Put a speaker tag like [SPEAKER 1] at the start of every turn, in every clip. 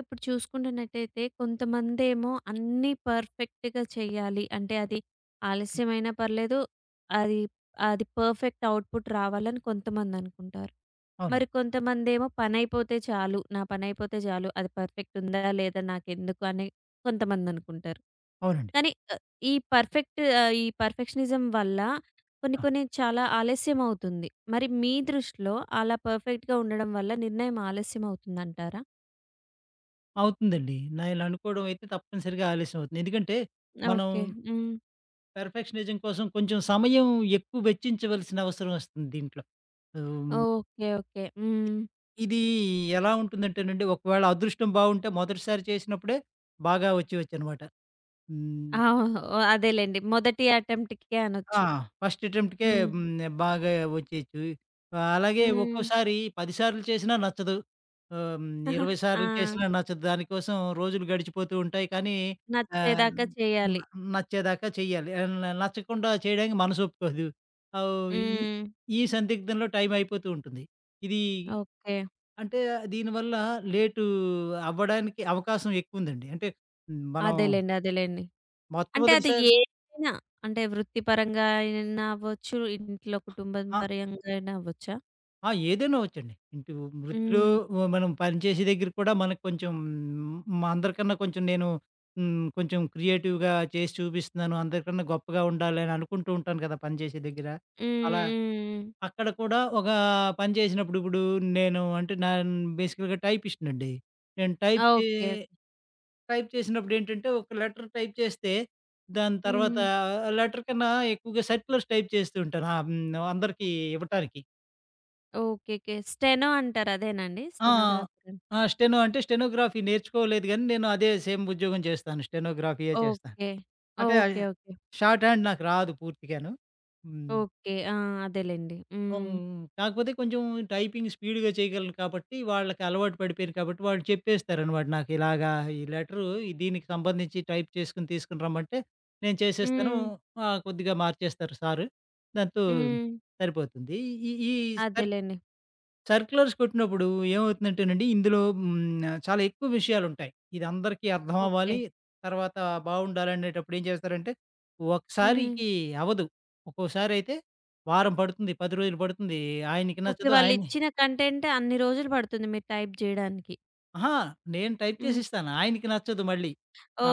[SPEAKER 1] ఇప్పుడు చూసుకుంటున్నట్టయితే కొంతమందేమో అన్నీ పర్ఫెక్ట్‌గా చేయాలి. అంటే అది ఆలస్యమైనా పర్లేదు. అది అది పర్ఫెక్ట్ అవుట్‌పుట్ రావాలని కొంతమందనుకుంటారు.
[SPEAKER 2] అవును.
[SPEAKER 1] మరి కొంతమందేమో పనైపోతే చాలు. నా పనైపోతే చాలు. అది పర్ఫెక్ట్ ఉందా? లేదా? నాకెందుకు? అని కొంతమందనుకుంటారు.
[SPEAKER 2] అవునండి.
[SPEAKER 1] కానీ ఈ పర్ఫెక్షనిజం వల్ల కొన్ని
[SPEAKER 2] ఆ!
[SPEAKER 1] కొన్ని చాలా ఆలస్యం అవుతుంది. మరి మీ దృష్టిలో అలా పర్ఫెక్ట్‌గా ఉండడం వల్ల నిర్ణయం ఆలస్యం అవుతుందంటారా?
[SPEAKER 2] అవుతుందండి. నా ఇలా అనుకోవడం అయితే తప్పనిసరిగా ఆలస్యం అవుతుంది. ఎందుకంటే, మనం
[SPEAKER 1] ఓకే. హ్మ్.
[SPEAKER 2] పెర్ఫెక్షనిజం కోసం కొంచెం సమయం ఎక్కువ వెచ్చించవలసిన అవసరం వస్తుంది దీంట్లో. హ్మ్.
[SPEAKER 1] ఓకే. ఓకే.
[SPEAKER 2] ఇ
[SPEAKER 1] హ్మ్.
[SPEAKER 2] ఇది ఎలా ఉంటుందంటేనండి, ఒకవేళ అదృష్టం బావుంటే మొదటిసారి చేసినప్పుడే బాగా వచ్చేయొచ్చనమాట. హ్మ్.
[SPEAKER 1] అవును. అదేలెండి. మొదటి అటెంప్ట్‌కే
[SPEAKER 2] ఆ!
[SPEAKER 1] అనొచ్చు.
[SPEAKER 2] ఫస్ట్ అటెంప్ట్‌కే
[SPEAKER 1] హ్మ్.
[SPEAKER 2] హ్మ్. బాగా వచ్చేయొచ్చు. అలాగే హ్మ్.
[SPEAKER 1] హ్మ్.
[SPEAKER 2] ఒక్కోసారి 10 సార్లు చేసినా నచ్చదు. ఆహ్, హ్మ్. 20
[SPEAKER 1] ఆ!
[SPEAKER 2] సార్లు చేసినా నచ్చదు. దానికోసం రోజులు గడిచిపోతూ ఉంటాయి. కానీ ఆహ్,
[SPEAKER 1] నచ్చేదాకా
[SPEAKER 2] న
[SPEAKER 1] చేయాలి.
[SPEAKER 2] నచ్చేదాకా చెయ్యాలి. ఆహ్, న నచ్చకుండా చేయడానికి మనసు ఒప్పుకోదు. ఆహ్, ఈ
[SPEAKER 1] హ్మ్.
[SPEAKER 2] ఈ సందిగ్ధంలో టైం అయిపోతూ ఉంటుంది. ఇది
[SPEAKER 1] ఓకే.
[SPEAKER 2] అంటే దీనివల్ల లేటు అవ్వడానికి అవకాశం ఎక్కువుందండి. అంటే మనం
[SPEAKER 1] అదేలెండి. అదేలెండి. అంటే అది
[SPEAKER 2] మొట్టమొదటిసారి.
[SPEAKER 1] ఏదైనా అంటే వృత్తిపరంగా అయినా అవ్వచ్చు, ఇంట్లో కుటుంబం
[SPEAKER 2] ఆ!
[SPEAKER 1] పరంగా అయినా అవ్వొచ్చా?
[SPEAKER 2] ఆ! ఏదైనా ఒచ్చండి. ఇటు వృత్తిలో
[SPEAKER 1] హ్మ్.
[SPEAKER 2] ఓ మనం పనిచేసే దగ్గర కూడా మనకు కొంచెం, అందరికన్నా కొంచెం క్రియేటివ్‌గా చేసి చూపిస్తున్నాను. అందరికన్నా గొప్పగా ఉండాలి అని అనుకుంటూ ఉంటాను కదా! పని చేసే దగ్గర. అలా
[SPEAKER 1] హ్మ్. హ్మ్.
[SPEAKER 2] అక్కడ కూడా ఒక పని చేసినప్పుడు ఇప్పుడు నేను అంటే నా బేసికల్‌గా టైపిస్ట్‌నండి. నేను టైప్ చే
[SPEAKER 1] ఓకే. ఓకే.
[SPEAKER 2] టైప్ చేసినప్పుడు ఏంటంటే ఒక లెటర్ టైప్ చేస్తే దాని తర్వాత
[SPEAKER 1] హ్మ్.
[SPEAKER 2] లెటర్ కన్నా ఎక్కువగా సర్క్యులర్స్ టైప్ చేస్తూ ఉంటాను. అందరికీ ఇవ్వటానికి.
[SPEAKER 1] ఓకేకే. స్టెనో అంటారు అదేనండి?
[SPEAKER 2] ఆ!
[SPEAKER 1] స్టెనోగ్రాఫర్.
[SPEAKER 2] ఆ! స్టెనో అంటే స్టెనోగ్రఫీ నేర్చుకోలేదు గానీ, నేను అదే సేమ్ ఉద్యోగం చేస్తాను. స్టెనోగ్రఫీయే చేస్తాను.
[SPEAKER 1] ఓకే.
[SPEAKER 2] అంటే అది
[SPEAKER 1] ఓకే. ఓకే.
[SPEAKER 2] షార్ట్ హ్యాండ్ నాకు రాదు పూర్తిగాను. హ్మ్.
[SPEAKER 1] ఓకే. ఆ! అదేలెండి. హ్మ్.
[SPEAKER 2] హ్మ్. కాకపోతే కొంచెం టైపింగ్ స్పీడ్‌గా చేయగలను కాబట్టి, వాళ్ళకి అలవాటు పడిపోయాను కాబట్టి, వాళ్ళు చెప్పేస్తారనమాట నాకు ఇలాగా ఈ లెటరు దీనికి సంబంధించి టైప్ చేసుకొని తీసుకొని రమ్మంటే, నేను చేసేస్తాను.
[SPEAKER 1] హ్మ్.
[SPEAKER 2] కొద్దిగా మార్చేస్తారు సారు. దాంతో
[SPEAKER 1] హ్మ్.
[SPEAKER 2] సరిపోతుంది. ఈ ఈ
[SPEAKER 1] అదేలెండి.
[SPEAKER 2] సర్క్యులర్స్ కొట్టినప్పుడు ఏమవుతుందంటేనండి, ఇందులో చాలా ఎక్కువ విషయాలుంటాయి. ఇది అందరికీ అర్థం
[SPEAKER 1] ఓకే.
[SPEAKER 2] అవ్వాలి. తర్వాత బావుండాలనేటప్పుడు ఏం చేస్తారంటే,
[SPEAKER 1] హ్మ్.
[SPEAKER 2] ఒకసారికి అవ్వదు. ఒక్కోసారయితే వారం పడుతుంది, 10 రోజులు పడుతుంది. ఆయనకి
[SPEAKER 1] ఓకే.
[SPEAKER 2] నచ్చదు. ఆయన
[SPEAKER 1] వాళ్ళిచ్చిన కంటెంట్ అన్ని రోజులు పడుతుంది మీరు టైప్ జేయడానికి.
[SPEAKER 2] అహా! నేను టైప్
[SPEAKER 1] హ్మ్.
[SPEAKER 2] చేసిస్తాను. ఆయనకి నచ్చదు మళ్ళీ.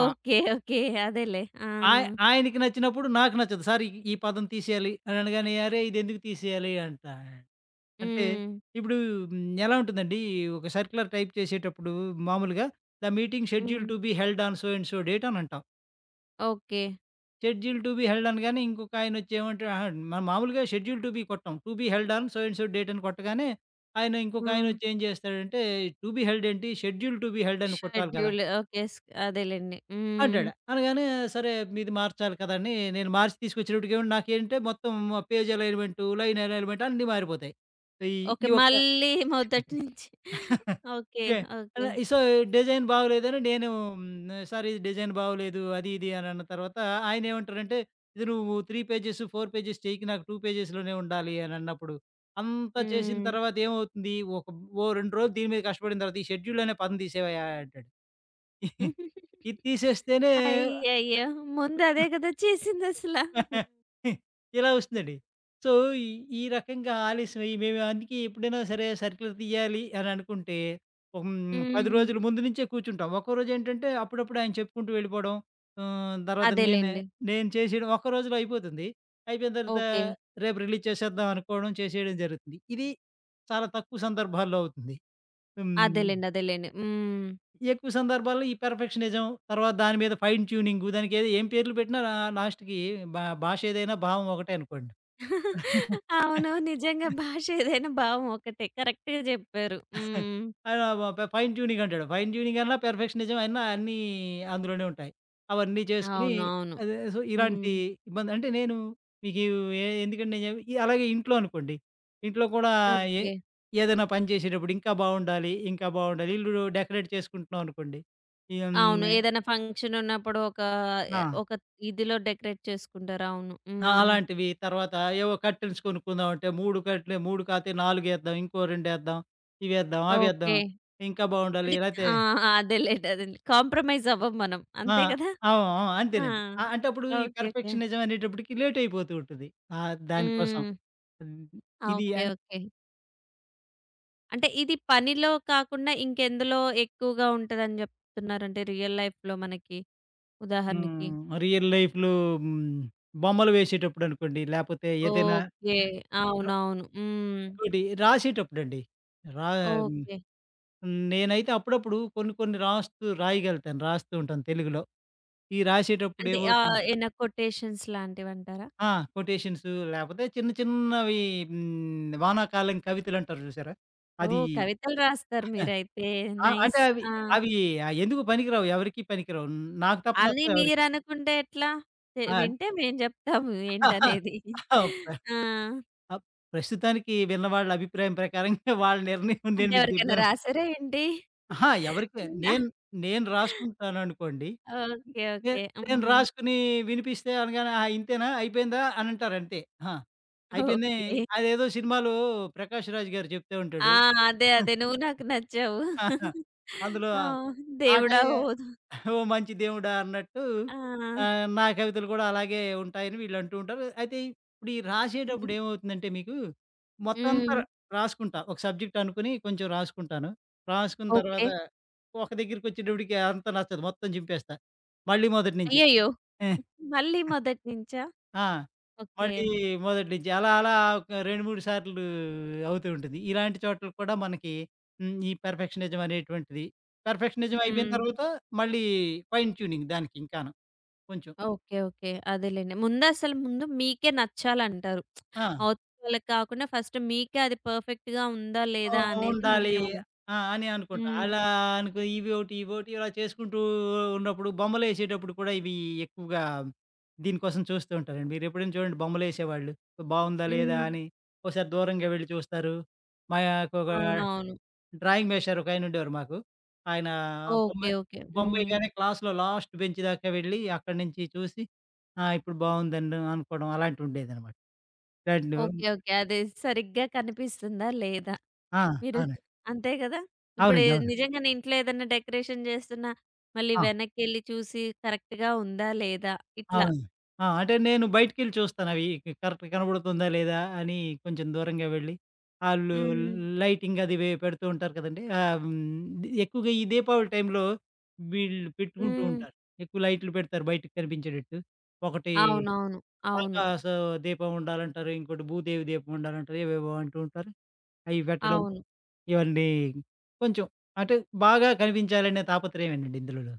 [SPEAKER 2] ఆ!
[SPEAKER 1] ఓకే. ఓకే. అదేలే. ఆ!
[SPEAKER 2] ఆయ ఆయనకి నచ్చినప్పుడు నాకు నచ్చదు. సార్ ఈ ఈ పదం తీసేయాలి అని అనగానే, "అరేయ్! ఇదెందుకు తీసేయాలి" అంటా. అంటే
[SPEAKER 1] హ్మ్.
[SPEAKER 2] ఇప్పుడు ఎలా ఉంటుందండి, ఒక సర్క్యులర్ టైప్ చేసేటప్పుడు మామూలుగా the meeting schedule
[SPEAKER 1] hmm.
[SPEAKER 2] To be held on so and so date అని అంటాం.
[SPEAKER 1] Okay.
[SPEAKER 2] Schedule to be held అనగానే ఇంకొక ఆయనొచ్చి ఏమంటాడు, అహా! మనం మామూలుగా షెడ్యూల్ టు బి కొట్టం. To be held on so and so date అని కొట్టగానే, ఆయన ఇంకొక
[SPEAKER 1] హ్మ్.
[SPEAKER 2] ఆయనొచ్చి ఏం చేస్తాడంటే, టు బి హెల్డ్ ఏంటి? షెడ్యూల్ టు బి హెల్డ్ అని కొట్టాలి కదా!
[SPEAKER 1] Schedule okay. అదేలెండి. హ్మ్.
[SPEAKER 2] అంటాడు. అనగానే సరే మీది మార్చాలి కదా! అని నేను మార్చి తీసుకొచ్చినప్పటికేమో నాకేంటే మొత్తం పేజ్ అలైన్‌మెంటు, లైన్ అలైన్‌మెంట్ అన్నీ మారిపోతాయి. ఈ
[SPEAKER 1] ఓకే.
[SPEAKER 2] ఈ ఒక్క
[SPEAKER 1] మళ్ళీ మొదటి నుంచి. ఓకే.
[SPEAKER 2] చే
[SPEAKER 1] ఓకే.
[SPEAKER 2] అలా సో, డిజైన్ బాగోలేదని నేను హ్మ్. సార్ ఇది డిజైన్ బాగోలేదు అది ఇది అని అన్న తర్వాత ఆయనేమంటారంటే, "ఇది నువ్వు 3 పేజెస్, 4 పేజెస్ చెయ్యకు నాకు 2 పేజెస్‌లోనే ఉండాలి" అని అన్నప్పుడు, అంతా చేసిన
[SPEAKER 1] హ్మ్.
[SPEAKER 2] తర్వాత ఏమవుతుంది? ఒక ఓ 2 రోజులు దీని మీద కష్టపడిన తర్వాత, "ఈ షెడ్యూల్ అనే పదం తీసేవయ్యా" అంటాడు. ఇది తీసేస్తేనే
[SPEAKER 1] అయ్యయ్యో! ముందు అదే కదా! చేసిందసల.
[SPEAKER 2] ఇలా వస్తుందండి. సో, ఈ ఈ రకంగా ఆలస్యమయ్యి మేము అందుకే ఎప్పుడైనా సరే సర్కులర్ తీయాలి అని అనుకుంటే, 10
[SPEAKER 1] హ్మ్.
[SPEAKER 2] రోజుల ముందు నుంచే కూర్చుంటాం. ఒక్కో రోజేంటంటే అప్పుడప్పుడు ఆయన చెప్పుకుంటూ వెళ్ళిపోవడం. తర్వాత
[SPEAKER 1] అదేలెండి.
[SPEAKER 2] నేను చేసేయడం ఒక్క రోజులో అయిపోతుంది. అయిపోయిన తర్వాత
[SPEAKER 1] ఓకే.
[SPEAKER 2] రేపు రిలీజ్ చేసేద్దాం అనుకోవడం, చేసేయడం జరుగుతుంది. ఇది చాలా తక్కువ సందర్భాల్లో అవుతుంది. హ్మ్.
[SPEAKER 1] అదేలెండి. అదేలెండి. హ్మ్.
[SPEAKER 2] ఎక్కువ సందర్భాల్లో ఈ పెర్ఫెక్షనిజం, తర్వాత దాని మీద ఫైన్ ట్యూనింగు దానికి ఏది ఏం పేర్లు పెట్టినా లాస్ట్‌కి భాష ఏదైనా భావం ఒకటే అనుకోండి.
[SPEAKER 1] అవును. నిజంగా భాష ఏదైనా భావం ఒకటే. కరెక్ట్‌గా జెప్పారు. హ్మ్.
[SPEAKER 2] ఆయన ఫైన్ ట్యూనింగ్ అంటాడు. ఫైన్ ట్యూనింగ్ అన్నా, పెర్ఫెక్షనిజం అన్నా అన్నీ అందులోనే ఉంటాయి. అవన్నీ చేసుకొని
[SPEAKER 1] అవును. అవును.
[SPEAKER 2] అదే సో,
[SPEAKER 1] హ్మ్.
[SPEAKER 2] ఇలాంటి ఇబ్బంది అంటే నేను మీకు ఎ ఎందుకంటే నేను చెప్ అలాగే ఇంట్లో అనుకోండి. ఇంట్లో కూడా ఏ
[SPEAKER 1] ఓకే.
[SPEAKER 2] ఏదైనా పని చేసేటప్పుడు ఇంకా బావుండాలి, ఇంకా బావుండాలి. ఇల్లు డెకరేట్ చేసుకుంటున్నాం అనుకోండి. ఈ హ్మ్.
[SPEAKER 1] అవును. ఏదైనా ఫంక్షన్ ఉన్నప్పుడు ఒక ఆహ్,
[SPEAKER 2] ఆ!
[SPEAKER 1] ఒక ఇదిలో డెకరేట్ చేసుకుంటారు. అవును.
[SPEAKER 2] ఆ!
[SPEAKER 1] హ్మ్.
[SPEAKER 2] అలాంటివి. తర్వాత ఏవో కర్టెన్స్ కొనుక్కుందాం అంటే 3 కర్టెన్‌లే 3 కాతే 4 ఏద్దాం. ఇంకో 2 ఏద్దాం. ఇవేద్దాం, అవేద్దాం.
[SPEAKER 1] ఓకే.
[SPEAKER 2] ఇంకా బావుండాలి.
[SPEAKER 1] అంటే
[SPEAKER 2] లేతే
[SPEAKER 1] ఆ! అదేలెండి. అదేలెండి. కాంప్రమైజ్ అవ్వం మనం.
[SPEAKER 2] ఆ!
[SPEAKER 1] అంతే గదా!
[SPEAKER 2] అవును. అవును.
[SPEAKER 1] ఆ!
[SPEAKER 2] అంతేనండి. ఆ! అంటే అప్పుడు ఈ
[SPEAKER 1] ఓకే. ఓకే.
[SPEAKER 2] పెర్ఫెక్షనిజం అనేటప్పటికి లేట్ అయిపోతూ ఉంటుంది. దానికోసం.
[SPEAKER 1] హ్మ్.
[SPEAKER 2] హ్మ్.
[SPEAKER 1] ఆ!
[SPEAKER 2] ఇది
[SPEAKER 1] ఓకే.
[SPEAKER 2] అన్
[SPEAKER 1] ఓకే. అంటే ఇది పనిలో కాకుండా ఇంకెందులో ఎక్కువగా ఉంటదని జెప్తున్నారంటే రియల్ లైఫ్‌లో మనకి ఉదాహరణకి?
[SPEAKER 2] హ్మ్. రియల్ లైఫ్‌లో హ్మ్. బొమ్మలు వేసేటప్పుడు అనుకోండి. లేపోతే ఏదైనా
[SPEAKER 1] ఓకే.
[SPEAKER 2] ఆహ్, ర
[SPEAKER 1] అవునవును. హ్మ్.
[SPEAKER 2] ఇంకోటి రాసేటప్పుడండి. రా హ్మ్.
[SPEAKER 1] ఓకే.
[SPEAKER 2] నేనైతే అప్పుడప్పుడు కొన్ని కొన్ని రాయగలుగుతాను. రాస్తూ ఉంటాను తెలుగులో. ఈ రాసేటప్పుడు
[SPEAKER 1] అంటే
[SPEAKER 2] ఏమవుతుంది.
[SPEAKER 1] ఏమైనా కొటేషన్స్ లాంటివంటారా?
[SPEAKER 2] ఆ! కొటేషన్స్ లేపోతే చిన్న చిన్నవి హ్మ్. వానాకాలం కవితలంటారు చూసారా? అది
[SPEAKER 1] ఓహ్! కవితలు రాస్తారు మీరైతే.
[SPEAKER 2] ఆ! అంటే
[SPEAKER 1] నైస్.
[SPEAKER 2] అవి
[SPEAKER 1] ఆ!
[SPEAKER 2] అవి ఎందుకు పనికిరావు. ఎవరికీ పనికిరావు. నాకు తప్ప
[SPEAKER 1] అని
[SPEAKER 2] నచ్చవు ఎవరికీ.
[SPEAKER 1] మీరనుకుంటే ఎట్లా?
[SPEAKER 2] ఆ!
[SPEAKER 1] వింటే మేము జెప్తాము ఏంటనేది.
[SPEAKER 2] ఆ!
[SPEAKER 1] ఆ!
[SPEAKER 2] ప్రస్తుతానికి విన్నవాళ్ళ అభిప్రాయం ప్రకారంగా వాళ్ళ నిర్ణయం
[SPEAKER 1] అంటే
[SPEAKER 2] నేను మీకు
[SPEAKER 1] ఎవరికైనా
[SPEAKER 2] చెప్పాను.
[SPEAKER 1] రాసారా ఏంటి?
[SPEAKER 2] అహా! ఎవరికి నేను నేను రాసుకుంటాననుకోండి.
[SPEAKER 1] ఓకే.
[SPEAKER 2] నే
[SPEAKER 1] ఓకే.
[SPEAKER 2] నేను
[SPEAKER 1] హ్మ్.
[SPEAKER 2] రాసుకొని వినిపిస్తే అనగానే, "ఆహా! ఇంతేనా? అయిపోయిందా?" అనంటారు అంతే. ఆ! అయిపోయింది.
[SPEAKER 1] ఓకే.
[SPEAKER 2] అదేదో సినిమాలో 'ప్రకాష్ రాజ్' గారు చెప్తూ
[SPEAKER 1] ఆ!
[SPEAKER 2] ఉంటాడు.
[SPEAKER 1] అదే. అదే. నువ్వు నాకు నచ్చావు.
[SPEAKER 2] అందులో
[SPEAKER 1] ఆ!
[SPEAKER 2] ఆ టై
[SPEAKER 1] దేవుడా ఓదు
[SPEAKER 2] ఓ మంచి దేవుడా! అన్నట్టు
[SPEAKER 1] ఆ!
[SPEAKER 2] నా కవితలు కూడా అలాగే ఉంటాయని వీళ్ళు అంటూ ఉంటారు. అయితే ఇప్పుడు ఈ రాసేటప్పుడు ఏమవుతుందంటే మీకు మొత్తం అంతా
[SPEAKER 1] హ్మ్.
[SPEAKER 2] ర రాసుకుంటా. ఒక సబ్జెక్ట్ అనుకుని కొంచెం రాసుకుంటాను. రాసుకున్న
[SPEAKER 1] ఓకే.
[SPEAKER 2] తర్వాత ఒక దగ్గరికొచ్చేటప్పటికి అంత నచ్చదు. మొత్తం చింపేస్తా. మళ్ళీ మొదటి నుంచి.
[SPEAKER 1] అయ్యయ్యో!
[SPEAKER 2] హ్మ్.
[SPEAKER 1] మళ్ళీ మొదటి నుంచా?
[SPEAKER 2] ఆ!
[SPEAKER 1] ఓకే.
[SPEAKER 2] మళ్ళీ మొదటి నుంచి. అలా అలా ఒక 2, 3 సార్లు అవుతూ ఉంటుంది. ఇలాంటి చోట్ల కూడా మనకి హ్మ్. ఈ పెర్ఫెక్షనిజం అనేటువంటిది పెర్ఫెక్షనిజం అయిపోయిన
[SPEAKER 1] హ్మ్.
[SPEAKER 2] తర్వాత మళ్ళీ ఫైన్ ట్యూనింగ్ దానికి ఇంకాను. కొంచెం.
[SPEAKER 1] ఓకే. ఓకే. అదేలెండి. ముందసలు ముందు మీకే నచ్చాలంటారు.
[SPEAKER 2] ఆ!
[SPEAKER 1] అవతల వాళ్ళకి కాకుండా ఫస్ట్ మీకే అది పర్ఫెక్ట్‌గా ఉందా?
[SPEAKER 2] ఓ
[SPEAKER 1] లేదా? అనేది
[SPEAKER 2] ఉండాలి.
[SPEAKER 1] ముఖ్యమని.
[SPEAKER 2] ఆ! అని అనుకుంటా.
[SPEAKER 1] హ్మ్.
[SPEAKER 2] అలా అనుకో ఇవోటి, ఇవోటి ఇలా చేసుకుంటూ ఉన్నప్పుడు బొమ్మలేసేటప్పుడు కూడా ఇవి ఎక్కువగా దీనికోసం చూస్తూ ఉంటారండి. మీరెప్పుడైనా చూడండి బొమ్మలేసేవాళ్ళు. బావుందా? లేదా?
[SPEAKER 1] హ్మ్.
[SPEAKER 2] అని ఒకసారి దూరంగా వెళ్లి చూస్తారు. మాకొక
[SPEAKER 1] అవునవును.
[SPEAKER 2] డ్రాయింగ్ మేస్టారు ఒకాయనుండేవారు మాకు. ఆయన బొమ్మ
[SPEAKER 1] ఓకే. ఓకే. హ్మ్.
[SPEAKER 2] బొమ్మేయగానే క్లాస్‌లో లాస్ట్ బెంచ్ దాకా వెళ్ళి అక్కడి నుంచి చూసి ఆ! ఇప్పుడు బావుందని అనుకోవడం అలాంటివుండేదనమాట. ఇలాంటివి
[SPEAKER 1] ఓకే. ఓకే. అది సరిగ్గా కనిపిస్తుందా? లేదా?
[SPEAKER 2] ఆ!
[SPEAKER 1] మీరు
[SPEAKER 2] అవునండి.
[SPEAKER 1] అంతే కదా! ఇప్పుడు ఏ
[SPEAKER 2] అవునండి. అవును.
[SPEAKER 1] నిజంగానే ఇంట్లో ఏదైనా డెకరేషన్ చేస్తున్నా, మళ్ళీ
[SPEAKER 2] ఆ!
[SPEAKER 1] వెనక్కెళ్ళి చూసి కరెక్ట్‌గా ఉందా? లేదా?
[SPEAKER 2] ఆ!
[SPEAKER 1] ఇట్లా.
[SPEAKER 2] ఆ! అంటే నేను బయటికెళ్ళి చూస్తానవి కరెక్ట్ కనబడుతుందా లేదా అని కొంచెం దూరంగా వెళ్ళి, ఆళ్ళు
[SPEAKER 1] హ్మ్.
[SPEAKER 2] లైటింగ్ అది వే పెడుతూ ఉంటారు కదండీ. ఎక్కువగా ఈ దీపావళి టైంలో వీళ్ళు పెట్టుకుంటూ
[SPEAKER 1] హ్మ్.
[SPEAKER 2] ఉంటారు. ఎక్కువ లైట్లు పెడతారు బయటకి కనిపించేటట్టు. ఒకటి
[SPEAKER 1] అవునవును. అవును.
[SPEAKER 2] ఆకాశ దీపం ఉండాలంటారు. ఇంకోటి భూదేవి దీపం ఉండాలంటారు. ఏవేవో అంటూ ఉంటారు. అవి పెట్టడం
[SPEAKER 1] అవును.
[SPEAKER 2] ఇవన్నీ కొంచెం అంటే బాగా కనిపించాలనే తాపత్రయమేనండి ఇందులోను.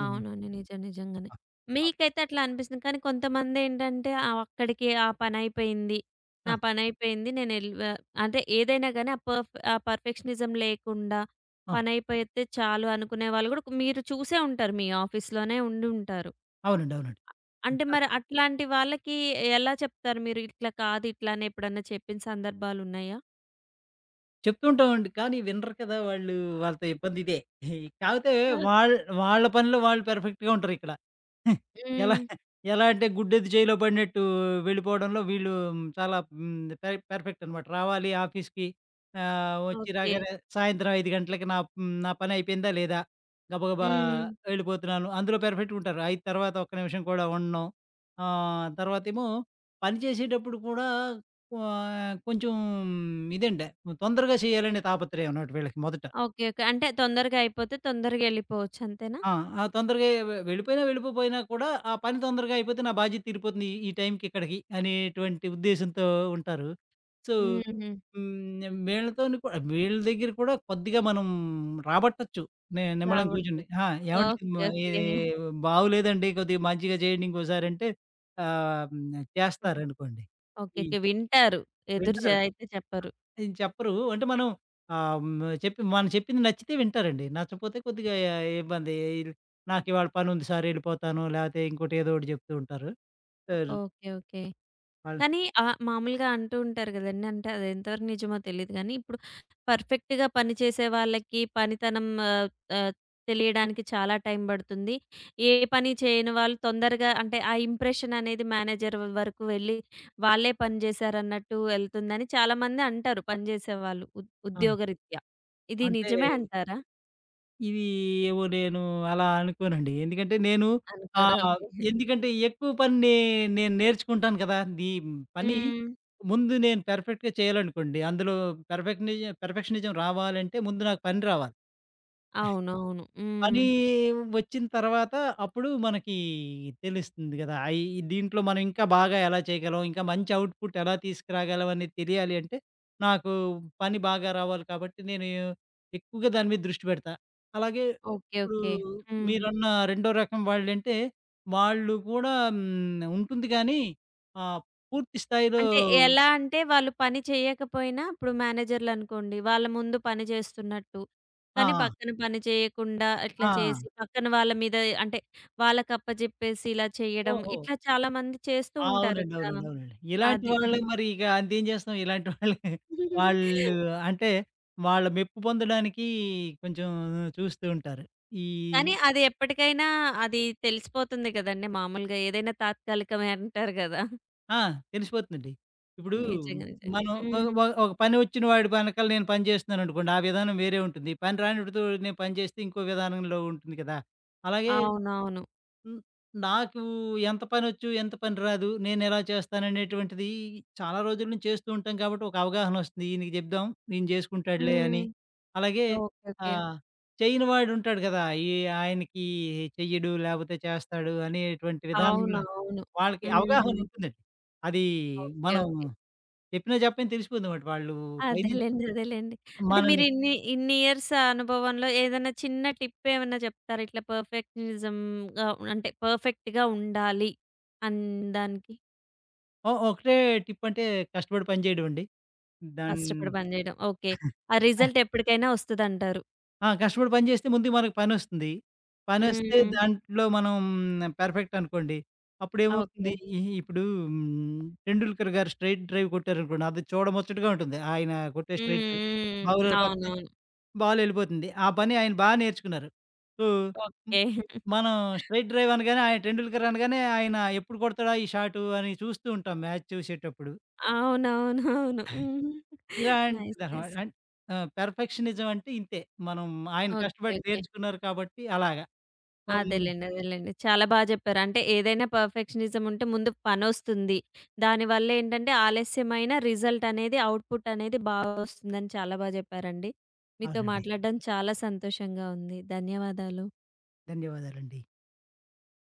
[SPEAKER 2] హ్మ్.
[SPEAKER 1] అవునండి. నిజం. నిజంగానే.
[SPEAKER 2] ఆ!
[SPEAKER 1] మీకైతే అట్లా అనిపిస్తుంది. కానీ కొంతమందేంటంటే అక్కడికి ఆ పనయిపోయింది. నా
[SPEAKER 2] ఆ!
[SPEAKER 1] పనయిపోయింది. నేనెల్ వ అంటే ఏదైనా గానీ ఆ పర్ఫెక్షనిజం లేకుండా
[SPEAKER 2] ఆ!
[SPEAKER 1] పనయిపోతే చాలు అనుకునే వాళ్ళు గూడా మీరు చూసే ఉంటారు. మీ ఆఫీస్‌లోనే ఉండుంటారు.
[SPEAKER 2] అవునండి. అవునండి.
[SPEAKER 1] అంటే మరి అట్లాంటి వాళ్ళకి ఎలా చెప్తారు మీరు? ఇట్లా కాదు, ఇట్లా అని ఎప్పుడన్నా చెప్పిన సందర్భాలున్నాయా?
[SPEAKER 2] చెప్తూ ఉంటామండి. కానీ వినరు కదా! వాళ్ళు. వాళ్ళతో ఇబ్బంది ఇదే. కాపోతే
[SPEAKER 1] ఓహ్!
[SPEAKER 2] వాళ్ వాళ్ళ పనిలో వాళ్ళు పెర్ఫెక్ట్‌గా ఉంటారిక్కడ. ఎలా
[SPEAKER 1] హ్మ్.
[SPEAKER 2] ఎలా అంటే గుడ్డెది చేయిలో పడినట్టు వెళ్ళిపోవడంలో వీళ్ళు చాలా పెర్ఫెక్ట్ అనమాట. రావాలి ఆఫీస్‌కి వచ్చి
[SPEAKER 1] ఓకే.
[SPEAKER 2] రాగానే సాయంత్రం 5 గంటలకి నా హ్మ్. నా పని అయిపోయిందా లేదా? గబగబా
[SPEAKER 1] హ్మ్.
[SPEAKER 2] వెళ్ళిపోతున్నాను. అందులో పెర్ఫెక్ట్‌గా ఉంటారు. 5 తర్వాత ఒక్క నిమిషం కూడా ఉండను. తర్వాతేమో పని చేసేటప్పుడు కూడా కొంచెం ఇదండి. తొందరగా చేయాలనే తాపత్రయం అన్నమాట వీళ్ళకి మొదట.
[SPEAKER 1] ఓకే. ఓకే. అంటే తొందరగా అయిపోతే తొందరగా ఎళ్ళిపోవచ్చు అంతేనా?
[SPEAKER 2] ఆ! ఆ తొందరగా వెళ్ళిపోయినా, వెళ్ళిపోపోయినా కూడా ఆ పని తొందరగా అయిపోతే నా బాధ్యత తీరిపోతుంది. ఈ టైంకి ఇక్కడికి అనేటువంటి ఉద్దేశంతో ఉంటారు. సో,
[SPEAKER 1] హుహు.
[SPEAKER 2] హ్మ్. వీళ్ళతోని కూడా వీళ్ళ దగ్గర కూడా కొద్దిగా మనం రాబట్టొచ్చు. నిమ్మలం కూర్చుని.
[SPEAKER 1] రావట్లేదు.
[SPEAKER 2] ఆ! ఏవండీ
[SPEAKER 1] ఓకే. ఓకే.
[SPEAKER 2] ఇది బాగోలేదండి. కొద్దిగా మంచిగా చేయండి ఇంకోసారి అంటే ఆహ్, హ్మ్. చేస్తారనుకోండి.
[SPEAKER 1] ఓకే.
[SPEAKER 2] ఈ
[SPEAKER 1] ఓకే. వింటారు. ఎదురు
[SPEAKER 2] వింటారు.
[SPEAKER 1] అయితే చెప్పరు.
[SPEAKER 2] అది చెప్పరు. అంటే మనం ఆహ్, హ్మ్. చెప్పి మనం చెప్పింది నచ్చితే వింటారండి. నచ్చపోతే కొద్దిగా ఇబ్బంది. ఈళ్ళు నాకివాళ పనుంది సార్ ఎళ్ళిపోతాను. లేపోతే ఇంకోటి ఏదో ఒకటి చెప్తూ ఉంటారు. Sir
[SPEAKER 1] okay. ఓకే.
[SPEAKER 2] ఆళ్ళు
[SPEAKER 1] కానీ మామూలుగా అంటూ ఉంటారు గదండీ! అంటే అది ఎంతవరకు నిజమో తెలీదు గానీ, ఇప్పుడు పర్ఫెక్ట్‌గా పని చేసే వాళ్ళకి పనితనం ఆహ్, ఆహ్, తెలియడానికి చాలా టైం బడుతుంది. ఏ పని చేయని వాళ్ళు తొందరగా అంటే ఆ ఇంప్రెషన్ అనేది మేనేజర్ వరకు వెళ్లి వాళ్ళే పని జేశారన్నట్టు ఎళ్తుందని చాలామంది అంటారు పనిజేసేవాళ్ళు
[SPEAKER 2] ఆ!
[SPEAKER 1] ఉద్యోగరీత్యా. ఇది
[SPEAKER 2] అంటే
[SPEAKER 1] నిజమే అంటారా?
[SPEAKER 2] ఇవి ఏవో నేను అలా అనుకోనండి.
[SPEAKER 1] అనుకోరా?
[SPEAKER 2] ఆహ్,
[SPEAKER 1] ఓకే.
[SPEAKER 2] ఎందుకంటే ఎక్కువ పని నేను నేర్చుకుంటాను కదా! ఈ పని
[SPEAKER 1] హ్మ్.
[SPEAKER 2] ముందు నేను పెర్ఫెక్ట్‌గా చేయాలనుకోండి. అందులో పెర్ఫెక్షనిజం రావాలంటే ముందు నాకు పని రావాలి.
[SPEAKER 1] అవునవును. హ్మ్.
[SPEAKER 2] పనీ వచ్చిన తర్వాత అప్పుడు మనకీ తెలుస్తుంది గదా! దీంట్లో మనం ఇంకా బాగా ఎలా చేయగలం, ఇంకా మంచి అవుట్‌పుట్ ఎలా తీసుకురాగలం అనేది తెలియాలి అంటే, నాకు పని బాగా రావాలి కాబట్టి, నేను ఎక్కువగా దాని మీద దృష్టి పెడతా. అలాగే
[SPEAKER 1] ఓకే.
[SPEAKER 2] ఇప్పుడు
[SPEAKER 1] ఓకే. హ్మ్.
[SPEAKER 2] మీరన్న రెండో రకం వాళ్ళంటే, వాళ్ళు కూడా ఉంటుంది గానీ, ఆహ్, పూర్తి స్థాయిలో.
[SPEAKER 1] అంటే ఎలా అంటే వాళ్ళు పని చేయకపోయినా ఇప్పుడు మేనేజర్‌లనుకోండి వాళ్ళ ముందు పని చేస్తున్నట్టు. కానీ
[SPEAKER 2] ఆ!
[SPEAKER 1] పక్కన పని చేయకుండా
[SPEAKER 2] ఆ!
[SPEAKER 1] ఇట్లా
[SPEAKER 2] ఆ!
[SPEAKER 1] చేసి పక్కన వాళ్ళ మీద అంటే వాళ్ళకప్పజెప్పేసి ఇలా చేయడం
[SPEAKER 2] ఓహో!
[SPEAKER 1] ఇట్లా చాలామంది చేస్తూ
[SPEAKER 2] ఆ!
[SPEAKER 1] ఉంటారు
[SPEAKER 2] అవునండి.
[SPEAKER 1] కదా!
[SPEAKER 2] అవునండి. అవునండి. ఇలాంటి
[SPEAKER 1] అది.
[SPEAKER 2] వాళ్ళే మరి ఇక అంతేం చేస్తాం. ఇలాంటి వాళ్ళే వాళ్ళు అంటే వాళ్ళ మెప్పు పొందడానికి కొంచెం చూస్తూ ఉంటారు. ఈ
[SPEAKER 1] కానీ అది ఎప్పటికైనా అది తెలిసిపోతుంది కదండీ మామూలుగా. ఏదైనా తాత్కాలికమే అంటారు కదా!
[SPEAKER 2] ఆ! తెలిసిపోతుందండి. ఇప్పుడు
[SPEAKER 1] నిజంగా. నిజంగా.
[SPEAKER 2] మనం ఒ
[SPEAKER 1] హ్మ్.
[SPEAKER 2] ఒ ఒక పని వచ్చిన వాడి వెనకాల నేను పని చేస్తున్నాననుకోండి. ఆ విధానం వేరే ఉంటుంది. పని రానివాడితో నేను పని చేస్తే ఇంకో విధానంలో ఉంటుంది కదా! అలాగే
[SPEAKER 1] అవునవును.
[SPEAKER 2] హ్మ్. నాకు ఎంత పనొచ్చు, ఎంత పని రాదు, నేనెలా చేస్తాననేటువంటిది చాలా రోజుల నుంచి చేస్తూ ఉంటాం కాబట్టి ఒక అవగాహనొస్తుంది. ఈయనకి జెప్దాం, ఈయన జేసుకుంటాడులే
[SPEAKER 1] హ్మ్.
[SPEAKER 2] అని. అలాగే
[SPEAKER 1] ఓకే. ఓకే.
[SPEAKER 2] ఆహ్, చేయని వాడుంటాడు గదా! ఈ ఆయనకి చెయ్యడు, లేపోతే చేస్తాడు అనేటువంటి
[SPEAKER 1] అవును.
[SPEAKER 2] విధానంలో
[SPEAKER 1] అవును.
[SPEAKER 2] వాళ్ళకి
[SPEAKER 1] హ్మ్.
[SPEAKER 2] అవగాహనుంటుందండి. అది
[SPEAKER 1] ఓకే.
[SPEAKER 2] మనం
[SPEAKER 1] ఓకే.
[SPEAKER 2] చెప్పినా చెప్పని తెలిసిపోతుందమాట. వాళ్ళు పైనుంచి
[SPEAKER 1] అదేలెండి. అదేలెండి. అంటే మీరు
[SPEAKER 2] మనల్ని
[SPEAKER 1] ఇన్ని, ఇన్ని ఇయర్స్ అనుభవంలో ఏదైనా చిన్న టిప్ ఏమన్నా చెప్తారా? ఇట్లా పర్ఫెక్షనిజంగా అంటే పర్ఫెక్ట్‌గా ఉండాలి అన్ దానికి
[SPEAKER 2] ఒకటే టిప్పంటే కష్టపడి పని జేయడమండి. దాన్
[SPEAKER 1] కష్టపడి పని చేయడం. ఓకే. ఆ రిజల్ట్ ఎప్పటికైనా వస్తదంటారు.
[SPEAKER 2] ఆ! కష్టపడి పని చేస్తే ముందు మనకు పనొస్తుంది. పనొస్తే ఓకే.
[SPEAKER 1] హ్మ్.
[SPEAKER 2] దాంట్లో మనం పెర్ఫెక్ట్ అనుకోండి.
[SPEAKER 1] ఓకే.
[SPEAKER 2] అప్పుడేమవుతుంది ఇప్పుడు హ్మ్, 'టెండూల్కర్' గారు స్ట్రెయిట్ డ్రైవ్ కొట్టారనుకోండి. అది చూడముచ్చటగా ఉంటుంది. ఆయన కొట్టే
[SPEAKER 1] హ్మ్.
[SPEAKER 2] Straight drive.
[SPEAKER 1] హ్మ్. హ్మ్.
[SPEAKER 2] బౌలర్ పక్కనే
[SPEAKER 1] అవునవును.
[SPEAKER 2] బాలెళ్ళిపోతుంది. ఆ పని ఆయన బా నేర్చుకున్నారు. సో, హ్మ్,
[SPEAKER 1] ఓకే.
[SPEAKER 2] మనం స్ట్రెయిట్ డ్రైవ్ అనగానే ఆయన 'టెండూల్కర్' అనగానే ఆయన ఎప్పుడు కొడతాడా ఈ షాటు అని చూస్తూ ఉంటాం మ్యాచ్ చూసేటప్పుడు.
[SPEAKER 1] అవునవునవును. హ్మ్. నైస్.
[SPEAKER 2] ఇలాంటిదనమాట.
[SPEAKER 1] నైస్.
[SPEAKER 2] పెర్ఫెక్షనిజం అంటే ఇంతే. మనం ఆయన
[SPEAKER 1] ఓకే.
[SPEAKER 2] కష్టపడి
[SPEAKER 1] ఓకే.
[SPEAKER 2] నేర్చుకున్నారు కాబట్టి అలాగా. ఆమ్,
[SPEAKER 1] అదేలెండి. అదేలెండి. చాలా బా జెప్పారు. అంటే ఏదైనా పర్ఫెక్షనిజం ఉంటే ముందు పనొస్తుంది. దానివల్లేంటంటే ఆలస్యమైన రిజల్ట్ అనేది అవుట్‌పుట్ అనేది బాగొస్తుందని చాలా బా జెప్పారండి. మీతో
[SPEAKER 2] అవునండి.
[SPEAKER 1] మాట్లాడడం చాలా సంతోషంగా ఉంది. ధన్యవాదాలు.
[SPEAKER 2] ధన్యవాదాలండి.